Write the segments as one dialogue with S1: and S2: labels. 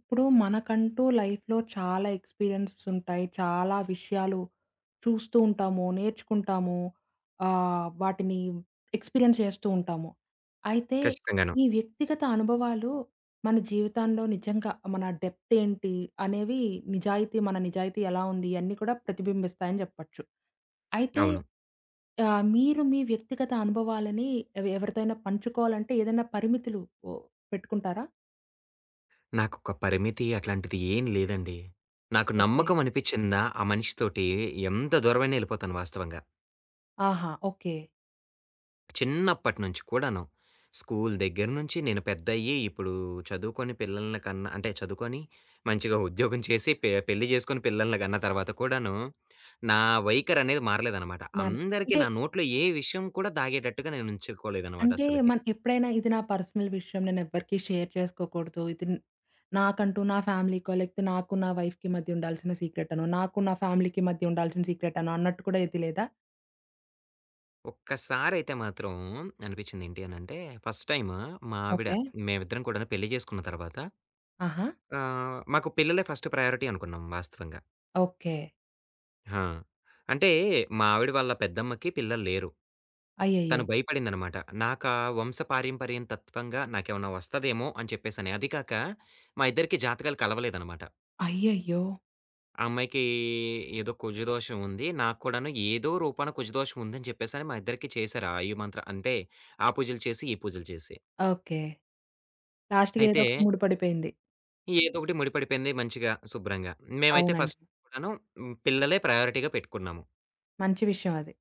S1: ఇప్పుడు మనకంటూ లైఫ్‌లో చాలా ఎక్స్‌పీరియన్సెస్ ఉంటాయి. చాలా విషయాలు చూస్తూ ఉంటాము, నేర్చుకుంటాము. వాటిని ఎక్స్‌పీరియన్స్ చేస్తూ ఉంటాము. అయితే
S2: ఖచ్చితంగాను.
S1: ఈ వ్యక్తిగత అనుభవాలు మన జీవితంలో నిజంగా మన డెప్త్ ఏంటి? అనేవి మన నిజాయితీ ఎలా ఉంది? ఇయన్నీ కూడా ప్రతిబింబిస్తాయని చెప్పొచ్చు. అయితే
S2: అవును.
S1: మీరు మీ వ్యక్తిగత అనుభవాలని ఎవరితోనైనా పంచుకోవాలంటే ఏదైనా పరిమితులు ఓ పెట్టుకుంటారా?
S2: నాకొక పరిమితి అట్లాంటిది ఏం లేదండి. నాకు
S1: ఓకే.
S2: నమ్మకం అనిపిచ్చిందా, ఆ మనిషితోటి ఎంత దూరమైనా ఎళ్ళిపోతాను వాస్తవంగా.
S1: ఆహా! ఓకే.
S2: చిన్నప్పటి నుంచి కూడాను. స్కూల్ దగ్గర నుంచి నేను పెద్దయ్యి, ఇప్పుడు చదువుకొని పిల్లల్ని కన్నా అంటే చదువుకొని, మంచిగా ఉద్యోగం చేసి, పెళ్లి చేసుకొని పిల్లల్ని కన్న తర్వాత కూడాను, నా వైఖరనేది మారలేదనమాట.
S1: మన
S2: అందరికీ
S1: అంటే,
S2: నా నోట్లో ఏ విషయం కూడా దాగేటట్టుగా నేను ఉంచుకోలేదనమాట
S1: అంటే
S2: అసలకి.
S1: మన ఎప్పుడైనా ఇది నా పర్సనల్ విషయం. నేనెవ్వరికీ షేర్ చేసుకోకూడదు. ఇది న్ నాకంటూ నా ఫ్యామిలీకో, లేకపోతే నాకు నా వైఫ్‌కి మధ్య ఉండాల్సిన సీక్రెటనో, నాకు నా ఫ్యామిలీకి మధ్య ఉండాల్సిన సీక్రెటనో అన్నట్టు కూడా ఏది లేదా?
S2: ఒక్కసారయితే మాత్రం అనిపించిందేంటి అనంటే, ఫస్ట్ టైము మా ఆవిడ
S1: ఓకే.
S2: మేమిద్దరం కూడాను పెళ్లి చేసుకున్న తర్వాత
S1: ఆహా!
S2: మాకు పిల్లలే ఫస్ట్ ప్రయారిటీ అనుకున్నాం వాస్తవంగా.
S1: ఓకే.
S2: ఆ! అంటే మా ఆవిడ వాళ్ళ పెద్దమ్మకి పిల్లలు లేరు.
S1: అయ్యయ్యో!
S2: తను భయపడిందనమాట. నాకా వంశపారంపర్యం తత్వంగా నాకేమన్నా వస్తదేమో అని చెప్పేసని. అది కాక మా ఇద్దరికి జాతకాలు కలవలేదనమాట.
S1: అయ్యయ్యో!
S2: ఆ అమ్మాయికి ఏదో కుజదోషం ఉంది. నాకు కూడాను ఏదో రూపాన కుజదోషం ఉందని చెప్పేసని మా ఇద్దరికీ చేశారు. ఆ ఈ మంత్ర అంటే ఆ పూజలు చేసి, ఈ పూజలు చేసి.
S1: ఓకే. లాస్ట్‌కి ఏదో
S2: అయితే
S1: ఒకటి ముడిపడిపోయింది.
S2: ఏదోకటి ముడిపడిపోయింది మంచిగా, శుభ్రంగా. మేమైతే
S1: అవునండి.
S2: ఫస్ట్ కూడాను పిల్లలే ప్రయారిటీగా పెట్టుకున్నాము.
S1: మంచి విషయం అది.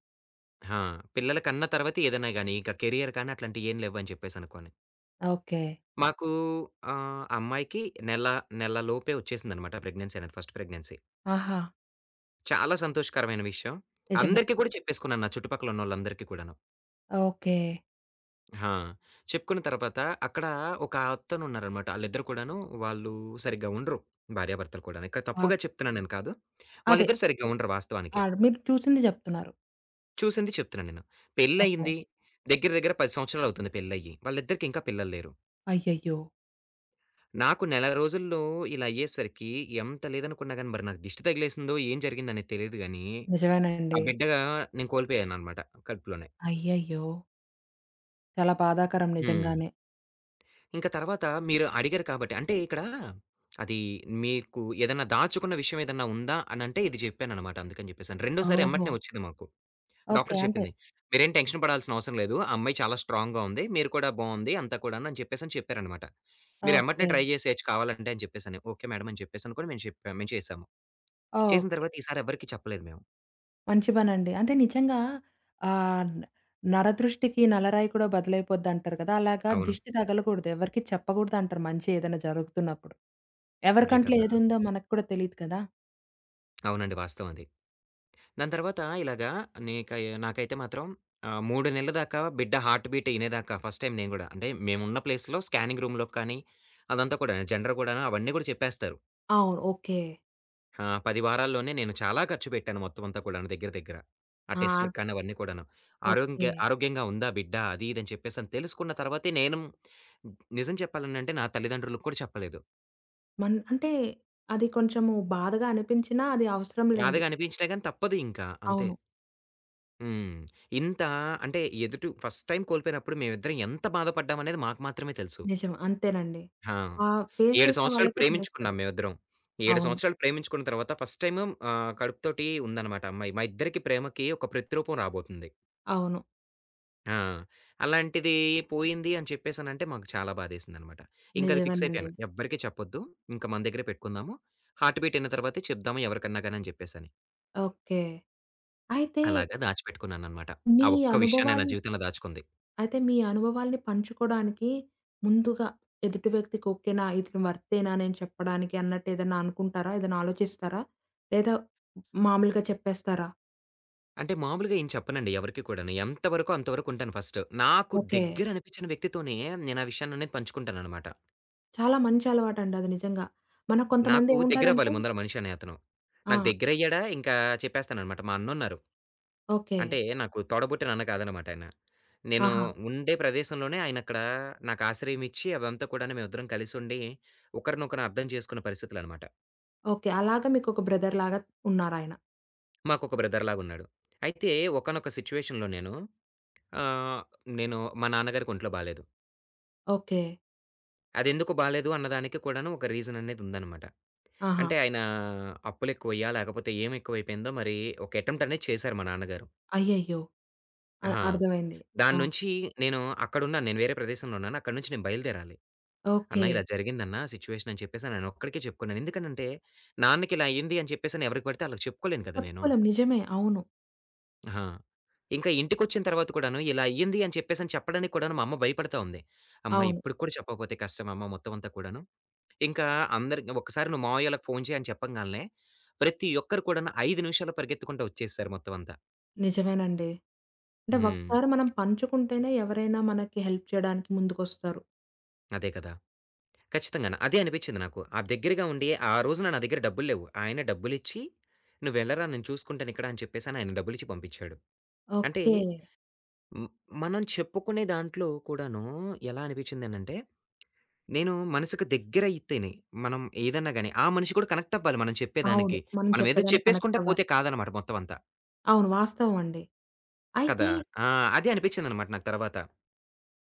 S2: ఆ! పిల్లల కన్నా తర్వాత ఏదైనా గాని, ఇక కెరియర్ కానీ అట్లాంటియేం లేవని చెప్పేసనుకోని.
S1: ఓకే.
S2: మాకు అమ్మాయికి నెల, నెల లోపే వచ్చేసిందనమాట ప్రెగ్నెన్సీ అనేది ఫస్ట్ ప్రెగ్నెన్సీ.
S1: ఆహా!
S2: చాలా సంతోషకరమైన విషయం.
S1: నిజమే.
S2: అందరికీ కూడా చెప్పేసుకున్నాను నా చుట్టుపక్కల ఉన్నోళ్ళందరికీ కూడాను.
S1: ఓకే.
S2: ఆ! చెప్పుకున్న తర్వాత అక్కడ ఒక అతనున్నారనమాట. ఆళ్ళిద్దరు కూడాను వాళ్ళు సరిగ్గా ఉండరు. భార్యాభర్తలు కూడాను. ఇక్కడ
S1: ఆహ్,
S2: తప్పుగా చెప్తున్నానని కాదు.
S1: అదే.
S2: వాళ్ళిద్దరూ సరిగ్గా ఉండరు వాస్తవానికి.
S1: మీరు చూసింది జెప్తున్నారు.
S2: చూసింది చెప్తున్నాను నేను.
S1: ఓకే.
S2: పెళ్లయింది. దగ్గర దగ్గర 10 సంవత్సరాలవుతుంది పెళ్లయ్యి. వాళ్ళిద్దరికీ ఇంకా పిల్లలు లేరు.
S1: అయ్యయ్యో!
S2: నాకు నెల రోజుల్లో ఇలా అయ్యేసరికి ఎంత లేదనుకున్నా గాని మరి నాకు దిష్టి తగిలేసిందో, ఏం జరిగిందనేది తెలీదు గానీ, ఆ
S1: నిజమేనండి.
S2: బిడ్డ నేను కోల్పోయాననమాట కడుపులోనే.
S1: అయ్యయ్యో! చాలా బాధాకరం
S2: హ్మ్.
S1: నిజంగానే.
S2: ఇంక తర్వాత మీరు అడిగారు కాబట్టి అంటే ఇక్కడ అది మీకు ఏదన్నా దాచుకున్న విషయం ఏదన్నా ఉందా అనంటే ఇది చెప్పాననమాట. అందుకని చెప్పేసని. రెండోసారి
S1: ఓహో!
S2: ఎమ్మటనే వచ్చింది మాకు.
S1: ఓకే.
S2: డాక్టర్
S1: అంటే
S2: చెప్పింది. "మీరేం టెన్షన్ పడాల్సిన అవసరం లేదు. ఆ అమ్మాయి చాలా స్ట్రాంగ్‌గా ఉంది. మీరు కూడా బావుంది అంతా కూడాను" అని చెప్పేసని చెప్పారనమాట. "మీరు ఎమ్మటనే
S1: ఓకే.
S2: ట్రై చేసేయొచ్చు కావాలంటే" అని చెప్పేసని. "ఓకే మేడం" అని చెప్పేసని కూడా మేము చెప్పాం. మేము చేసాము. చేసిన
S1: ఓకే.
S2: తర్వాత ఈసారి ఎవ్వరికీ చెప్పలేదు మేము.
S1: మంచి పనండి. అంటే నిజంగా ఆహ్, న నరదృష్టికి నలరాయి కూడా బదులైపోద్దంటారు కదా! అలాగా
S2: అవును.
S1: దిష్టి తగలకూడదు. ఎవరికీ చెప్పకూడదంటారు మంచి ఏదైనా జరుగుతున్నప్పుడు. ఎవరి
S2: అదే
S1: కంట్లో
S2: కదా!
S1: ఏదుందో మనకు కూడా తెలీదు కదా!
S2: అవునండి. వాస్తవం అది. దాని తర్వాత ఇలాగా నీకై నాకైతే మాత్రం 3 నెలల దాకా బిడ్డ హార్ట్ బీట్ ఇనేదాకా ఫస్ట్ టైమ్ నేను గూడా. అంటే మేమున్న ప్లేస్‌లో స్కానింగ్ రూమ్‌లోకి కానీ, అదంతా కూడా జెండర్ కూడాను అవన్నీ గూడా చెప్పేస్తారు.
S1: అవును. ఓకే.
S2: 10 వారాల్లోనే నేను చాలా ఖర్చు పెట్టాను మొత్తం అంతా కూడాను దగ్గర దగ్గర. ఆ
S1: ఆ!
S2: టెస్ట్‌లకి
S1: అదే.
S2: కానీ అవన్నీ కూడాను.
S1: ఓకే.
S2: ఆరోగ్యంగా ఉందా బిడ్డ అది ఇది అని చెప్పేసని తెలుసుకున్న తర్వాతే నేను నిజం చెప్పాలనంటే నా తల్లిదండ్రులకు కూడా చెప్పలేదు.
S1: అంటే అది కొంచెము బాధగా అనిపించినా అది అవసరం లెండి.
S2: బాధగా అనిపించినా గాని తప్పదు ఇంకా అంతే.
S1: అవును.
S2: హ్మ్. ఇంత అంటే ఎదుటి ఫస్ట్ టైమ్ కోల్పోయినప్పుడు మేమిద్దరం ఎంత బాధపడ్డామనేది మాకు మాత్రమే తెలుసు.
S1: నిజం. అంతేనండి.
S2: ఆ!
S1: ఆ ఫేస్
S2: 7
S1: చేసిన
S2: సంవత్సరాలు
S1: వాళ్ళకే
S2: ప్రేమించుకున్నాం
S1: తెలుస్తది.
S2: మేమిద్దరం. 7
S1: అవును.
S2: సంవత్సరాలు ప్రేమించుకున్న తర్వాత ఫస్ట్ టైమ్ కడుపుతోటి ఉందనమాట అమ్మాయి. మా ఇద్దరికి ప్రేమకి ఒక ప్రతిరూపం రాబోతుంది.
S1: అవును.
S2: ఆ! అలాంటిది పోయింది అని చెప్పేసనంటే మాకు చాలా బాధేసిందనమాట. ఇంకది ఫిక్స్
S1: నిజమేనండి.
S2: అయిపోయాను. ఎవ్వరికీ చెప్పొద్దు. ఇంక మన దగ్గరే పెట్టుకుందాము. హార్ట్ బీట్ అయిన తర్వాతే చెప్దాము ఎవరికన్నా గాని అని చెప్పేసని.
S1: ఓకే. అయితే
S2: అలాగా దాచిపెట్టుకున్నాననమాట.
S1: మీ
S2: ఆ ఒక్క విషయాన్ని నా
S1: అనుభవాలు
S2: జీవితంలో దాచుకుంది.
S1: అయితే మీ అనుభవాల్ని పంచుకోడానికి ముందుగా ఎదుటి వ్యక్తికి ఓకేనా? ఇతను వర్తేనా నేను చెప్పడానికి అన్నట్టు ఏదైనా అనుకుంటారా? ఏదైనా ఆలోచిస్తారా? లేదా మామూలుగా చెప్పేస్తారా?
S2: అంటే మామూలుగా ఏం చెప్పనండి ఎవరికీ కూడాను. ఎంతవరకో అంతవరకు ఉంటాను ఫస్ట్. నాకు
S1: ఓకే.
S2: దగ్గర అనిపించిన వ్యక్తితోనే నేను ఆ విషయాన్ననేది పంచుకుంటాననమాట.
S1: చాలా మంచి అలవాటండి అది నిజంగా. మనకు కొంతమంది
S2: నాకు
S1: ఏముంటారంటే
S2: దగ్గరవ్వాలి ముందల మనిషి అనే అతను. నాకు
S1: ఆ!
S2: దగ్గరయ్యాడా ఇంకా చెప్పేస్తాననమాట. మా అన్నున్నారు.
S1: ఓకే.
S2: అంటే నాకు తోడబుట్టిన అన్న కాదనమాట ఆయన. నేను
S1: ఆహా!
S2: ఉండే ప్రదేశంలోనే ఆయనక్కడ నాకు ఆశ్రయం ఇచ్చి అవంతా కూడాను మేమిద్దరం కలిసుండి ఒకరినొకరు అర్థం చేసుకున్న పరిస్థితులనమాట.
S1: ఓకే. అలాగా మీకొక బ్రదర్‌లాగా ఉన్నారాయన.
S2: మాకొక బ్రదర్‌లాగున్నాడు. అయితే ఒకానొక సిట్యుయేషన్‌లో నేను ఆహ్, నేను మా నాన్నగారికి ఒంట్లో బాలేదు.
S1: ఓకే.
S2: అదెందుకు బాలేదు అన్నదానికి కూడాను ఒక రీజన్ అనేది ఉందనమాట.
S1: ఆహా!
S2: అంటే ఆయన అప్పులెక్కువయ్యా? లేకపోతే ఏం ఎక్కువైపోయిందో మరి ఒక అటెంప్ట్ అనేది చేశారు మా నాన్నగారు.
S1: అయ్యయ్యో!
S2: ఆహా!
S1: అర్థమైంది. ఆ!
S2: దాని నుంచి నేను అక్కడున్నాను. నేను వేరే ప్రదేశంలో ఉన్నాను. అక్కడి నుంచి నేను బయలుదేరాలి. అన్న
S1: ఓకే.
S2: ఇలా జరిగిందన్న సిట్యుయేషన్ అని చెప్పేసి నేనొక్కడికే చెప్పుకున్నాను. ఎందుకనంటే నాన్నకి ఇలా అయింది అని చెప్పేసని ఎవరికి పడితే ఆళ్ళకి చెప్పుకోలేను కదా నేను.
S1: చెప్పుకోలేం నిజమే. అవును.
S2: ఆహా! ఇంకా ఇంటికొచ్చిన తర్వాత కూడాను ఇలా అయ్యింది అని చెప్పేసని చెప్పడానికి కూడాను మా అమ్మ భయపడతా ఉంది. అమ్మ
S1: అవును.
S2: ఇప్పటికి కూడా చెప్పకపోతే కష్టం అమ్మ మొత్తం అంతా కూడాను. ఇంకా అందరికి ఒక్కసారి "నువ్వు మావయ్యోళ్ళకి ఫోను చెయి" అని చెప్పంగాల్నే, ప్రతి ఒక్కరు కూడాను 5 నిమిషాల్లో పరిగెత్తుకుంటూ వచ్చేసారు మొత్తం అంతా.
S1: నిజమేనండి. అంటే
S2: హ్మ్.
S1: ఒకసారి మనం పంచుకుంటేనే ఎవరైనా మనకి హెల్ప్ చేయడానికి ముందుకొస్తారు.
S2: అదే కదా! ఖచ్చితంగాను. అదే అనిపించింది నాకు. ఆ దగ్గరగా ఉండి ఆ రోజున నా దగ్గర డబ్బులు లేవు. ఆయన డబ్బులిచ్చి "నువ్వు వెళ్ళరా నేను చూసుకుంటాను ఇక్కడ" అని చెప్పేసని ఆయన డబ్బులిచ్చి పంపించాడు. అంటే
S1: ఓకే.
S2: హ్మ్, మనం చెప్పుకునే దాంట్లో కూడాను ఎలా అనిపించిందనంటే, నేను మనసుకు దగ్గరైతేనే మనం ఏదన్నా గాని, ఆ మనిషి కూడా కనెక్ట్ అవ్వాలి మనం
S1: అవును.
S2: చెప్పేదానికి.
S1: మనం
S2: మనం ఏదో
S1: చెప్పేదానికి కనెక్ట్
S2: చెప్పేసుకుంటా
S1: అవ్వాలి.
S2: పోతే కాదనమాట మొత్తం అంతా.
S1: అవును. వాస్తవం అండి. అయితే,
S2: కదా! ఆ! అదే అనిపించిందనమాట నాకు తర్వాత.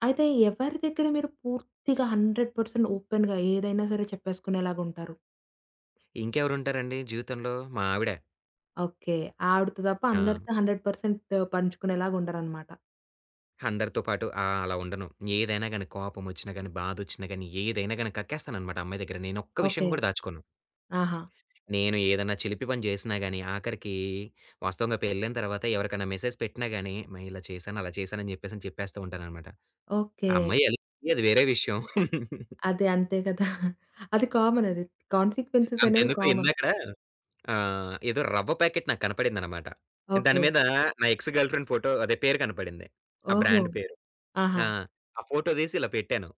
S1: అయితే ఎవరి దగ్గర మీరు పూర్తిగా 100% ఓపెన్‌గా ఏదైనా సరే చెప్పేసుకునేలాగుంటారు?
S2: ఇంకెవరుంటారండి జీవితంలో? మా ఆవిడ.
S1: ఓకే. ఆవిడతో తప్ప
S2: ఆ!
S1: అందరితో 100% పంచుకునేలాగుండరనమాట.
S2: అందరితో పాటు అలా ఉండను. ఏదైనా గాని కోపమొచ్చినా గాని, బాధొచ్చినా గాని, ఏదైనా గాని కక్కేస్తాననమాట అమ్మాయి దగ్గర. నేనొక్క విషయం
S1: ఓకే.
S2: కూడా దాచుకోను.
S1: ఆహా!
S2: నేను ఏదన్నా చిలిపి పని చేసినా గాని, ఆఖరికి వాస్తవంగా పెళ్ళైన తర్వాత ఎవరికైనా మెసేజ్ పెట్టినా గాని, "అమ్మ ఇలా చేశాను, అలా చేశాను" అని చెప్పేసని చెప్పేస్తూ ఉంటాననమాట.
S1: ఓకే.
S2: ఆ అమ్మాయి అలిగిద్ది అది వేరే విషయం.
S1: అదే అంతే కదా! అది కామన్ అది. కాన్సిక్వెన్సెస్ అనేవి
S2: అంతెందుకు
S1: కామన్.
S2: ఇందాకడ ఆ! ఏదో రవ్వ ప్యాకెట్ నాకు కనపడిందనమాట. దాని
S1: ఓకే.
S2: మీద నా ఎక్స్ గర్ల్ ఫ్రెండ్ ఫోటో అదే పేరు కనపడింది. ఆ
S1: ఓహో!
S2: బ్రాండ్ పేరు.
S1: ఆహా!
S2: ఆ! ఆ ఫోటో తీసి ఇలా పెట్టాను.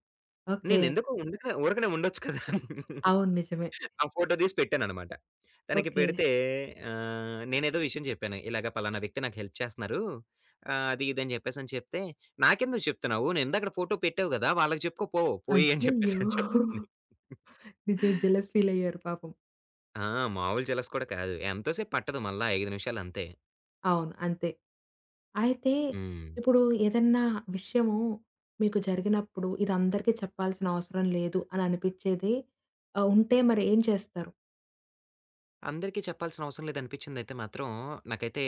S1: ఓకే.
S2: నేనెందుకు ఉండక ఊరకనే ఉండొచ్చు కదా!
S1: అవును. నిజమే.
S2: ఆ ఫోటో తీసి పెట్టాననమాట. తనకి
S1: ఓకే.
S2: పెడితే నేనేదో విషయం చెప్పాను. ఇలాగ పలానా వ్యక్తి నాకు హెల్ప్ చేస్తున్నారు. అది ఇది అని చెప్పేసని చెప్తే, "నాకెందుకు చెప్తున్నావు? నువ్వు ఇందాకడ ఫోటో పెట్టావు గదా! వాళ్ళకి చెప్పుకో పో. పోయి" అని
S1: అయ్యయ్యో!
S2: చెప్పేసని చెప్తుంది.
S1: నిజమే. జెలస్ ఫీలయ్యారు పాపం.
S2: ఆ! మామూలు జలస్ కూడా కాదు. ఎంతో సేపు పట్టదు మళ్ళా 5 నిమిషాలంతే.
S1: అవును. అంతే. అయితే
S2: హ్మ్.
S1: ఇప్పుడు ఏదన్నా విషయము మీకు జరిగినప్పుడు ఇది అందరికీ చెప్పాల్సిన అవసరం లేదు అని అనిపిచ్చేది ఉంటే మరి ఏం చేస్తారు?
S2: అందరికీ చెప్పాల్సిన అవసరం లేదనిపించిందయితే మాత్రం, నాకైతే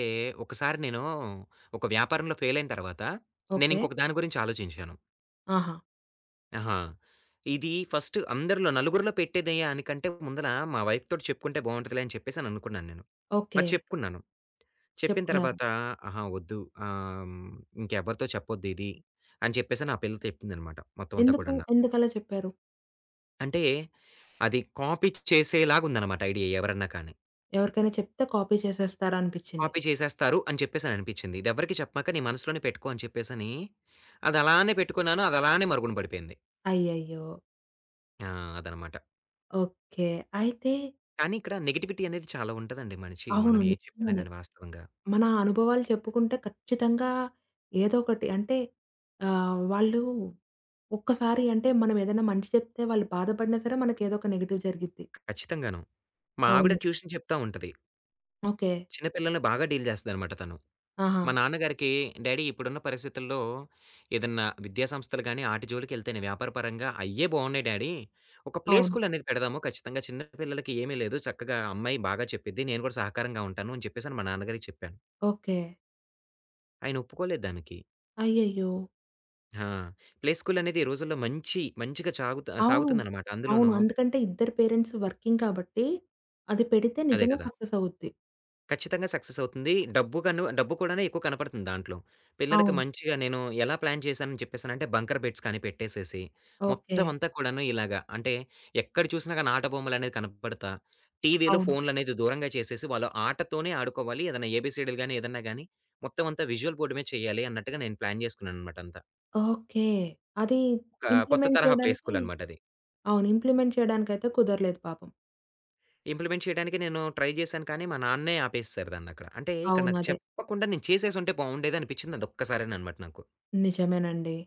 S2: ఒకసారి నేను ఒక వ్యాపారంలో ఫెయిలయిన తర్వాత,
S1: ఓకే.
S2: నేనింకొక దాని గురించి ఆలోచించాను.
S1: ఆహా!
S2: ఆహా! ఇది ఫస్ట్ అందరిలో నలుగురిలో పెట్టేదేయానికంటే ముందల మా వైఫ్ తోటి చెప్పుకుంటే బావుంటదిలే అని చెప్పేసననుకున్నాను నేను.
S1: ఓకే.
S2: అది చెప్పుకున్నాను. చెప్పిన
S1: చెప్పుకున్నారు.
S2: తర్వాత ఆహా! వద్దు ఆహ్, హ్మ్, ఇంకెవ్వరితో చెప్పొద్దిది అని చెప్పేసి నా పిల్ల చెప్పిందనమాట మొత్తం అంతా
S1: ఎందుకు?
S2: కూడాను నాకు.
S1: ఎందుకలా చెప్పారు?
S2: అంటే అది కాపీ చేసేలాగుందనమాట ఐడియా ఎవరన్నా కానీ.
S1: ఎవరికైనా చెప్తే కాపీ చేసేస్తారనిపిచ్చింది.
S2: కాపీ చేసేస్తారు అని చెప్పేసని అనిపించింది. ఇదెవ్వరికీ చెప్పమాక నీ మనసులోనే పెట్టుకో అని చెప్పేసని, అదలానే పెట్టుకున్నాను. అదలానే మరుగున పడిపోయింది.
S1: అయ్యయ్యో!
S2: ఆ! అదనమాట.
S1: ఓకే. అయితే
S2: కానీ ఇక్కడ నెగటివిటీ అనేది చాలా ఉంటదండి మనిషి
S1: అవును.
S2: మనం ఏది చెప్పినా
S1: నిజంగానే.
S2: గాని వాస్తవంగా.
S1: మన అనుభవాలు చెప్పుకుంటే ఖచ్చితంగా ఏదో ఒకటి అంటే వాళ్ళు ఒక్కసారి అంటే మనం ఏదైనా మంచి చెప్తే వాళ్ళు బాధపడినా సరే మనకి ఏదో ఒక నెగెటివ్ జరిగిద్ది.
S2: ఖచ్చితంగాను. మా ఆవిడ
S1: అవును.
S2: ట్యూషన్ చెప్తా ఉంటది.
S1: ఓకే.
S2: చిన్న పిల్లల్ని బాగా డీల్ చేస్తదనమాట తను.
S1: ఆహా!
S2: మా నాన్నగారికి, "డాడీ ఇప్పుడున్న పరిస్థితుల్లో ఏదన్నా విద్యా సంస్థలు గాని, ఆటి జోలికెళ్తేనే వ్యాపారపరంగా అయ్యే బావున్నాయి డాడీ. ఒక ప్లే
S1: అవును.
S2: స్కూల్ అనేది పెడదాము. ఖచ్చితంగా చిన్న పిల్లలకి ఏమీ లేదు. చక్కగా అమ్మాయి బాగా చెప్పిద్ది. నేను కూడా సహకారంగా ఉంటాను" అని చెప్పేసని మా నాన్నగారికి చెప్పాను.
S1: ఓకే.
S2: ఆయన ఒప్పుకోలేదు దానికి.
S1: అయ్యయ్యో!
S2: ఆ! ప్లే స్కూల్ అనేది ఈ రోజుల్లో మంచి మంచిగా చాగుతు
S1: అవును.
S2: సాగుతుందన్నమాట.
S1: అవును.
S2: అందులోనూ
S1: అందుకంటే ఇద్దరు పేరెంట్స్ వర్కింగ్ కాబట్టి అది పెడితే
S2: అదే
S1: నిజంగా
S2: కదా!
S1: సక్సెస్ అవుద్ది.
S2: ఖచ్చితంగా సక్సెస్ అవుతుంది. డబ్బు కూడాను ఎక్కువ కనపడుతుంది దాంట్లో. పిల్లలకి
S1: అవును.
S2: మంచిగా నేను ఎలా ప్లాన్ చేశానని చెప్పేసానంటే బంకర్ బెడ్స్ కానీ పెట్టేసేసి,
S1: ఓకే.
S2: మొత్తం అంతా కూడాను ఇలాగా అంటే ఎక్కడ చూసినా గాని ఆట బొమ్మలనేది కనపడతా, టీవీలు,
S1: అవును.
S2: ఫోన్‌లనేది దూరంగా చేసేసి వాళ్ళు ఆటతోనే ఆడుకోవాలి. ఏదైనా ఏబీసీడీలు గాని ఏదన్నా గాని మొత్తం అంతా విజువల్ బోర్డ్ మీద చేయాలి అన్నట్టుగా నేను ప్లాన్ చేసుకున్నాననమాట అంతా.
S1: ఓకే. అది
S2: ఒక కొత్త
S1: ఇంప్లిమెంట్
S2: తరహా ప్లే
S1: చేయడానికి
S2: స్కూల్ అనమాట అది.
S1: అవును. ఇంప్లిమెంట్ చేయడానికైతే కుదరలేదు పాపం.
S2: ఇంప్లిమెంట్ చేయడానికి నేను ట్రై చేశాను కానీ మా నాన్నే ఆపేసేసారు దాన్నక్కడ. అంటే ఇక్కడ
S1: అవును.
S2: నాకు
S1: అదే.
S2: చెప్పకుండా నేను చేసేసుంటే బావుండేది అనిపించింది అదొక్కసారేననమాట నాకు.
S1: నిజమేనండి.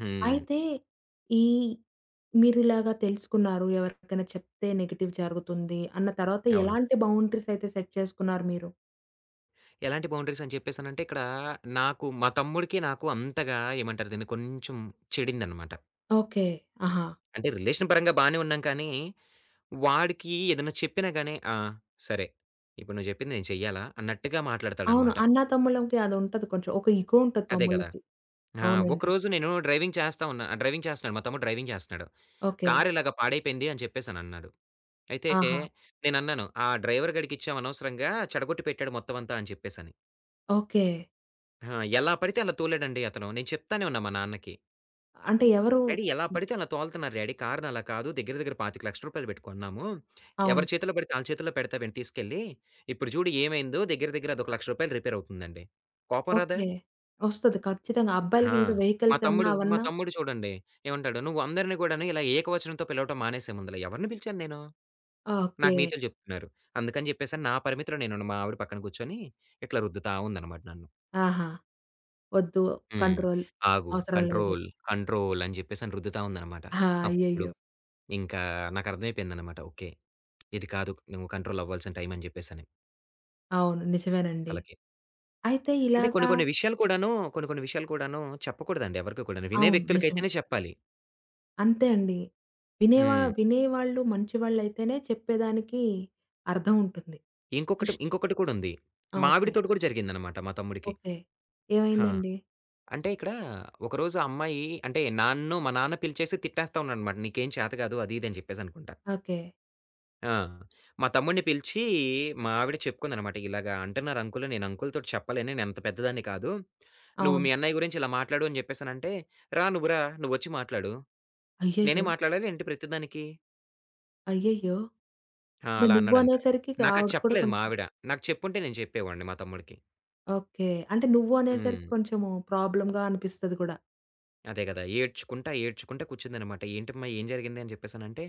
S2: హ్మ్.
S1: అయితే, ఈ మీరిలాగా తెలుసుకున్నారు, ఎవరికైనా చెప్తే నెగెటివ్ జరుగుతుంది అన్న తర్వాత
S2: అవును.
S1: ఎలాంటి బౌండరీస్ అయితే సెట్ చేసుకున్నారు మీరు?
S2: ఎలాంటి బౌండరీస్ అని చెప్పేసనంటే, ఇక్కడ నాకు మా తమ్ముడికి, నాకు అంతగా ఏమంటారు దీన్ని, కొంచెం చెడిందనమాట.
S1: ఓకే. ఆహా!
S2: అంటే రిలేషన్ పరంగా బానే ఉన్నాం కానీ, వాడికి ఏదైనా చెప్పినా గానీ, "ఆ! సరే. ఇప్పుడు నువ్వు చెప్పింది నేను చెయ్యాలా?" అన్నట్టుగా
S1: అవును.
S2: మాట్లాడతాడనమాట.
S1: అన్నా, తమ్ముళ్ళకి అదుంటది కొంచెం. ఒక ఇగో ఉంటది
S2: అదే కదా!
S1: తమ్ముళ్ళకి.
S2: ఆ!
S1: అవునండి.
S2: ఒకరోజు నేను డ్రైవింగ్ చేస్తా ఉన్నా డ్రైవింగ్ చేస్తన్నాడు. మా తమ్ముడు డ్రైవింగ్ చేస్తన్నాడు.
S1: ఓకే.
S2: "కారు ఇలాగ పాడైపోయింది" అని చెప్పేసనన్నాడు. అయితే
S1: ఆహా!
S2: నేనన్నాను, "ఆ డ్రైవర్ గాడికిచ్చాం అనవసరంగా చెడగొట్టి పెట్టాడు మొత్తం అంతా" అని చెప్పేసని.
S1: ఓకే.
S2: ఆ! ఎలా పడితే అలా తోలాడండి అతను. నేను చెప్తానే ఉన్నా మా నాన్నకి.
S1: అంటే ఎవరు
S2: డాడీ ఎలా పడితే అలా తోలుతున్నారు డాడీ కార్‌ని అలా కాదు. దగ్గర దగ్గర రూ. 25,00,000 పెట్టి కొన్నాము. ఎవరి
S1: అవును.
S2: చేతిలో పడితే ఆళ్ళ చేతుల్లో పెడతావేంటి తీసుకెళ్ళి. ఇప్పుడు చూడు ఏమైందో దగ్గర దగ్గర అదొక రూ. 1,00,000 రిపేర్ అవుతుందండి. కోపం రాదా?
S1: ఓకే. ఒస్తది ఖచ్చితంగా.
S2: ఆహా!
S1: అబ్బాయిలకింకా
S2: మా
S1: వెహికల్స్ అన్నా,
S2: తమ్ముడు, మా
S1: అవన్నా
S2: తమ్ముడు చూడండి ఏమంటాడు, "నువ్వు అందరిని గూడాను ఇలా ఏకవచనంతో పిలవటం మానేసే ముందల." ఎవరిని పిలిచాను నేను?
S1: ఓకే.
S2: నాకు నీతులు చెప్తున్నారు. అందుకని చెప్పేసని నా పరిమితిలో నేను మా ఆవిడ పక్కన కూర్చొని ఇట్లా రుద్దుతా ఉందనమాట నన్ను.
S1: ఆహా! వద్దు.
S2: హ్మ్.
S1: కంట్రోల్
S2: ఆగు,
S1: అవసరం లేదు.
S2: కంట్రోల్, కంట్రోల్ అని జెప్పేసని రుద్దుతా ఉందనమాట.
S1: ఆ!
S2: అప్పుడు
S1: అయ్యయ్యో!
S2: ఇంకా నాకర్థమైపోయిందనమాట. ఓకే. ఇది కాదు నువ్వు కంట్రోల్ అవ్వాల్సిన టైం అని జెప్పేసని.
S1: అవును. నిజమేనండి.
S2: అస్సలకి.
S1: అయితే
S2: అంటే
S1: ఇలాగా
S2: కొన్ని కొన్ని విషయాలు కూడాను చెప్పకూడదండి ఎవరికీ కూడాను. వినే
S1: అవును. నిజమే.
S2: వ్యక్తులకైతేనే చెప్పాలి.
S1: అంతే అండి.
S2: హ్మ్.
S1: వినేవాళ్ళు మంచివాళ్ళైతేనే చెప్పేదానికి అర్థం ఉంటుంది.
S2: ఇంకొకటి
S1: కృష్
S2: ఇంకొకటి కూడా ఉంది.
S1: ఆ!
S2: మా
S1: ఓకే.
S2: ఆవిడతోటి కూడా జరిగిందనమాట మా తమ్ముడికి.
S1: ఓకే.
S2: ఆ!
S1: ఏమైందండి?
S2: అంటే ఇక్కడ ఒకరోజు ఆ అమ్మాయి అంటే నన్ను మా నాన్న పిలిచేసి తిట్టేస్తా ఉన్నాడనమాట. నీకేం చేత కాదు అది ఇది అని జెప్పేసనుకుంట.
S1: ఓకే.
S2: ఆ! మా తమ్ముడిని పిలిచి మా ఆవిడ చెప్పుకుందనమాట. ఇలాగ అంటున్నారు అంకుల్. నేను అంకుల్‌తోటి చెప్పలేను. నేను అంత పెద్దదాన్ని కాదు. నువ్వు
S1: అవును.
S2: మీ అన్నయ్య గురించి ఇలా మాట్లాడు అని చెప్పేసనంటే, "రా నువ్వు రా. నువ్వొచ్చి మాట్లాడు.
S1: అయ్యయ్యో!
S2: నేనే మాట్లాడాలా ఏంటి ప్రతిదానికి?"
S1: అయ్యయ్యో!
S2: ఆ!
S1: అంటే
S2: అలా
S1: నువ్వు
S2: అన్నాడంట.
S1: అనేసరికి
S2: నాకది
S1: ఆవిడ కూడా
S2: చెప్పలేదు మా
S1: కొంచెం
S2: ఆవిడ. నాకు చెప్పుంటే నేను చెప్పేవాడిని మా తమ్ముడికి.
S1: ఓకే. అంటే నువ్వు
S2: హ్మ్.
S1: అనేసరికి కొంచెము ప్రాబ్లమ్‌గా అనిపిస్తది కూడా.
S2: అదే గదా! ఏడ్చుకుంటా, ఏడ్చుకుంటా కూర్చుందనమాట. "ఏంటమ్మా ఏం జరిగింది?" అని జెప్పేసనంటే,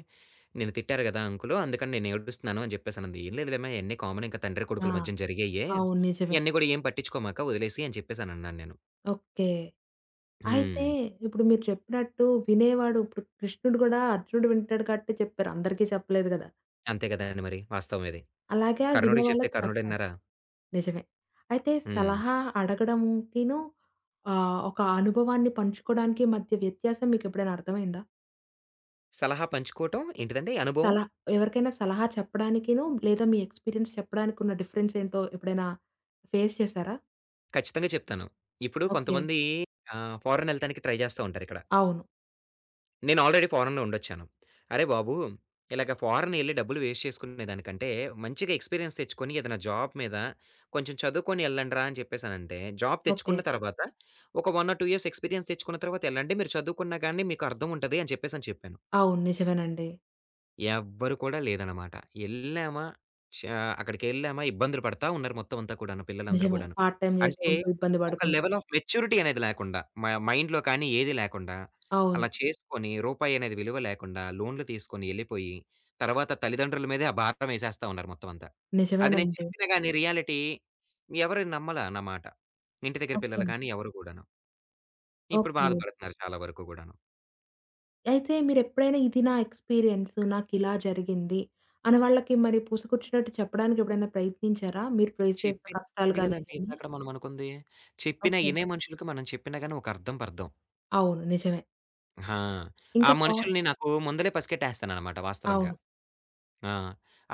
S2: "నిన్ను తిట్టారు గదా అంకులు, అందుకని నేను ఏడుస్తున్నాను" అని జెప్పేసనంది. "ఏం లేదులేమ్మా ఇయన్నీ కామన్ ఇంక తండ్రి
S1: ఆ!
S2: కొడుకుల మధ్యన జరిగేయ్యే.
S1: అవును. నిజమే.
S2: ఇయన్నీ గూడా ఏం పట్టించుకోమాక వదిలేసేయి" అని చెప్పేసనన్నాను నేను.
S1: ఓకే. అయితే
S2: హ్మ్.
S1: ఇప్పుడు మీరు చెప్పినట్టు వినేవాడు ఇప్పుడు కృష్ణుడు కూడా అర్జునుడు వింటాడు కాబట్టి చెప్పారు. అందరికీ చెప్పలేదు కదా!
S2: అంతే గదండీ మరి వాస్తవం ఇది.
S1: అలాగా
S2: కర్ణుడికి చెప్తే
S1: వినేవాళ్ళకి చెప్పాలి.
S2: కర్ణుడినరా?
S1: నిజమే. అయితే
S2: హ్మ్.
S1: సలహా అడగడంకిను ఒక అనుభవాన్ని పంచుకోవడానికి మధ్య వ్యత్యాసం మీకెప్పుడైనా అర్థమైందా?
S2: సలహా పంచుకోవటం ఏంటిదండి అనుభవం
S1: సలహా ఎవరికైనా సలహా చెప్పడానికిను, లేదా మీ ఎక్స్‌పీరియన్స్ చెప్పడానికి ఉన్న డిఫరెన్స్ ఏంటో ఎప్పుడైనా ఫేస్ చేసారా?
S2: ఖచ్చితంగా చెప్తాను. ఇప్పుడు
S1: ఓకే.
S2: కొంతమంది ఫారెన్ ఎళ్ళటానికి ట్రై జేస్తా ఉంటారిక్కడ.
S1: అవును.
S2: నేను ఆల్రెడీ ఫారెన్‌లో ఉండొచ్చాను. అరే బాబు! ఇలాగ ఫారెన్ ఎళ్లి డబ్బులు వేస్ట్ చేసుకునేదానికంటే, మంచిగా ఎక్స్‌పీరియన్స్ తెచ్చుకొని ఏదైనా జాబ్ మీద కొంచెం చదువుకొని ఎళ్ళండ్రా అని చెప్పేసనంటే, జాబ్
S1: ఓకే.
S2: తెచ్చుకున్న తర్వాత ఒక 1 ఆర్ 2 ఇయర్స్ ఎక్స్‌పీరియన్స్ తెచ్చుకున్న తర్వాత ఎళ్ళండి. మీరు చదువుకున్నా గాని మీకు అర్థం ఉంటది అని చెప్పేసని చెప్పాను.
S1: అవును. నిజమేనండి.
S2: ఎవ్వరు కూడా లేదనమాట. ఎళ్ళామా, చా అక్కడికెళ్ళామా ఇబ్బందులు పడతా ఉన్నారు మొత్తం అంతా కూడాను పిల్లలందరూ
S1: నిజమే.
S2: గూడాను.
S1: పార్ట్ టైమ్
S2: అంటే
S1: చేసుకుంటూ ఇబ్బంది
S2: ఒక
S1: పడుకుంటూ.
S2: లెవెల్ ఆఫ్ మెచ్యూరిటీ అనేది లేకుండా, మైండ్‌లో కానీ ఏది లేకుండా,
S1: అవును.
S2: అలా చేసుకొని రూపాయి అనేది విలువ లేకుండా లోన్‌లు తీసుకొని ఎళ్ళిపోయి, తర్వాత తల్లిదండ్రుల మీదే ఆ భారం ఏసేస్తా ఉన్నారు మొత్తం అంతా. అది నేను
S1: నిజమేనండి.
S2: చెప్పినా గాని రియాలిటీ ఎవరు నమ్మలా నా మాట. ఇంటి దగ్గర
S1: ఓకే.
S2: పిల్లలు కానీ ఎవరు గూడాను. ఇప్పుడు
S1: ఓకే.
S2: బాధపడుతున్నారు చాలా వరకు గూడాను.
S1: అయితే మీరెప్పుడైనా ఇది నా ఎక్స్‌పీరియన్స్ నాకిలా జరిగింది అని వాళ్ళకి మరి పూసగుచ్చినట్టు చెప్పడానికి ఎప్పుడైనా ప్రయత్నించారా? మీరు ఫేస్ చేసిన
S2: చెప్పిన
S1: కష్టాలు
S2: అదే
S1: గాని
S2: గదండీ!
S1: ఇయన్నీ?
S2: ఇందాకడ మనం అనుకుంది. చెప్పిన
S1: ఓకే.
S2: ఇనే మనుషులకి మనం చెప్పినా గాని ఒక అర్థం పర్థం.
S1: అవును. నిజమే.
S2: ఆ! ఆ
S1: ఇంకా కార్
S2: మనుషుల్ని నాకు ముందలే పసిగట్టేస్తాననమాట వాస్తవంగా.
S1: అవును.
S2: ఆ!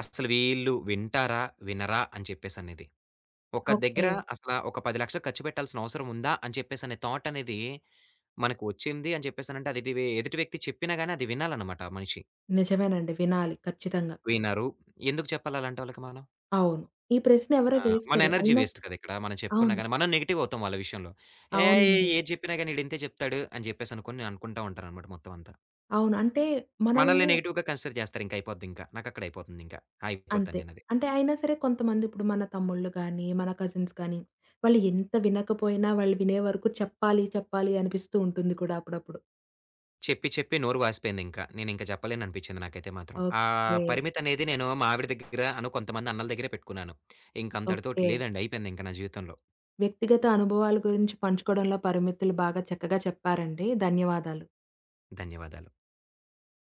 S2: అసలు వీళ్ళు వింటారా? వినరా? అని చెప్పేసనేది. ఒక
S1: ఓకే.
S2: దగ్గర అసల ఒక 10,00,000 ఖర్చు పెట్టాల్సిన అవసరం ఉందా? అని చెప్పేసనే థాట్ అనేది మనకు వచ్చింది అని చెప్పేసనంటే అది ఎదుటి వ్యక్తి చెప్పినా గాని అది వినాలనమాట ఆ మనిషి.
S1: నిజమేనండి. వినాలి ఖచ్చితంగా.
S2: వినరు. ఎందుకు చెప్పాలి అలాంటోళ్ళకి మనం?
S1: అవును. ఈ ప్రశ్న ఎవరు
S2: ఆ! మన
S1: వేసుకోరు.
S2: ఎనర్జీ
S1: అయినా
S2: వేస్ట్
S1: సరే
S2: కదా! ఇక్కడ మనం చెప్పుకున్నా
S1: అవును.
S2: గాని, మనం నెగెటివ్ అవుతాం వాళ్ళ విషయంలో. ఏయ్!
S1: అవునండి.
S2: ఏది చెప్పినా గాని ఈడింతే చెప్తాడు అని చెప్పేసి అనుకోని అనుకుంటా ఉంటారనమాట మొత్తం అంతా.
S1: అవును. అంటే మనము
S2: మనల్ని నెగెటివ్‌గా కన్సిడర్ చేస్తారు. ఇంక అయిపోద్దింక. నాకక్కడ అయిపోతుందింక. ఆగిపోతాను
S1: అంతే.
S2: నేనది.
S1: అంటే అయినా సరే కొంతమంది ఇప్పుడు మన తమ్ముళ్ళు గాని, మన కజిన్స్ గాని, వాళ్ళు ఎంత వినకపోయినా వాళ్ళు వినే వరకు చెప్పాలి, చెప్పాలి అనిపిస్తూ ఉంటుంది కూడా అప్పుడప్పుడు.
S2: చెప్పి చెప్పి నోరు వాసిపోయిందింక. నేనింక చెప్పలేననిపించింది నాకైతే మాత్రం. ఆ
S1: ఓకే.
S2: పరిమితనేది నేను మా ఆవిడ దగ్గర కొంతమంది అన్నల దగ్గరే పెట్టుకున్నాను. ఇంకంతటితోటి
S1: ఓకే.
S2: లేదండి. అయిపోయిందింక నా జీవితంలో.
S1: వ్యక్తిగత అనుభవాల గురించి పంచుకోవడంలో పరిమితులు బాగా చక్కగా చెప్పారండి. ధన్యవాదాలు.
S2: ధన్యవాదాలు.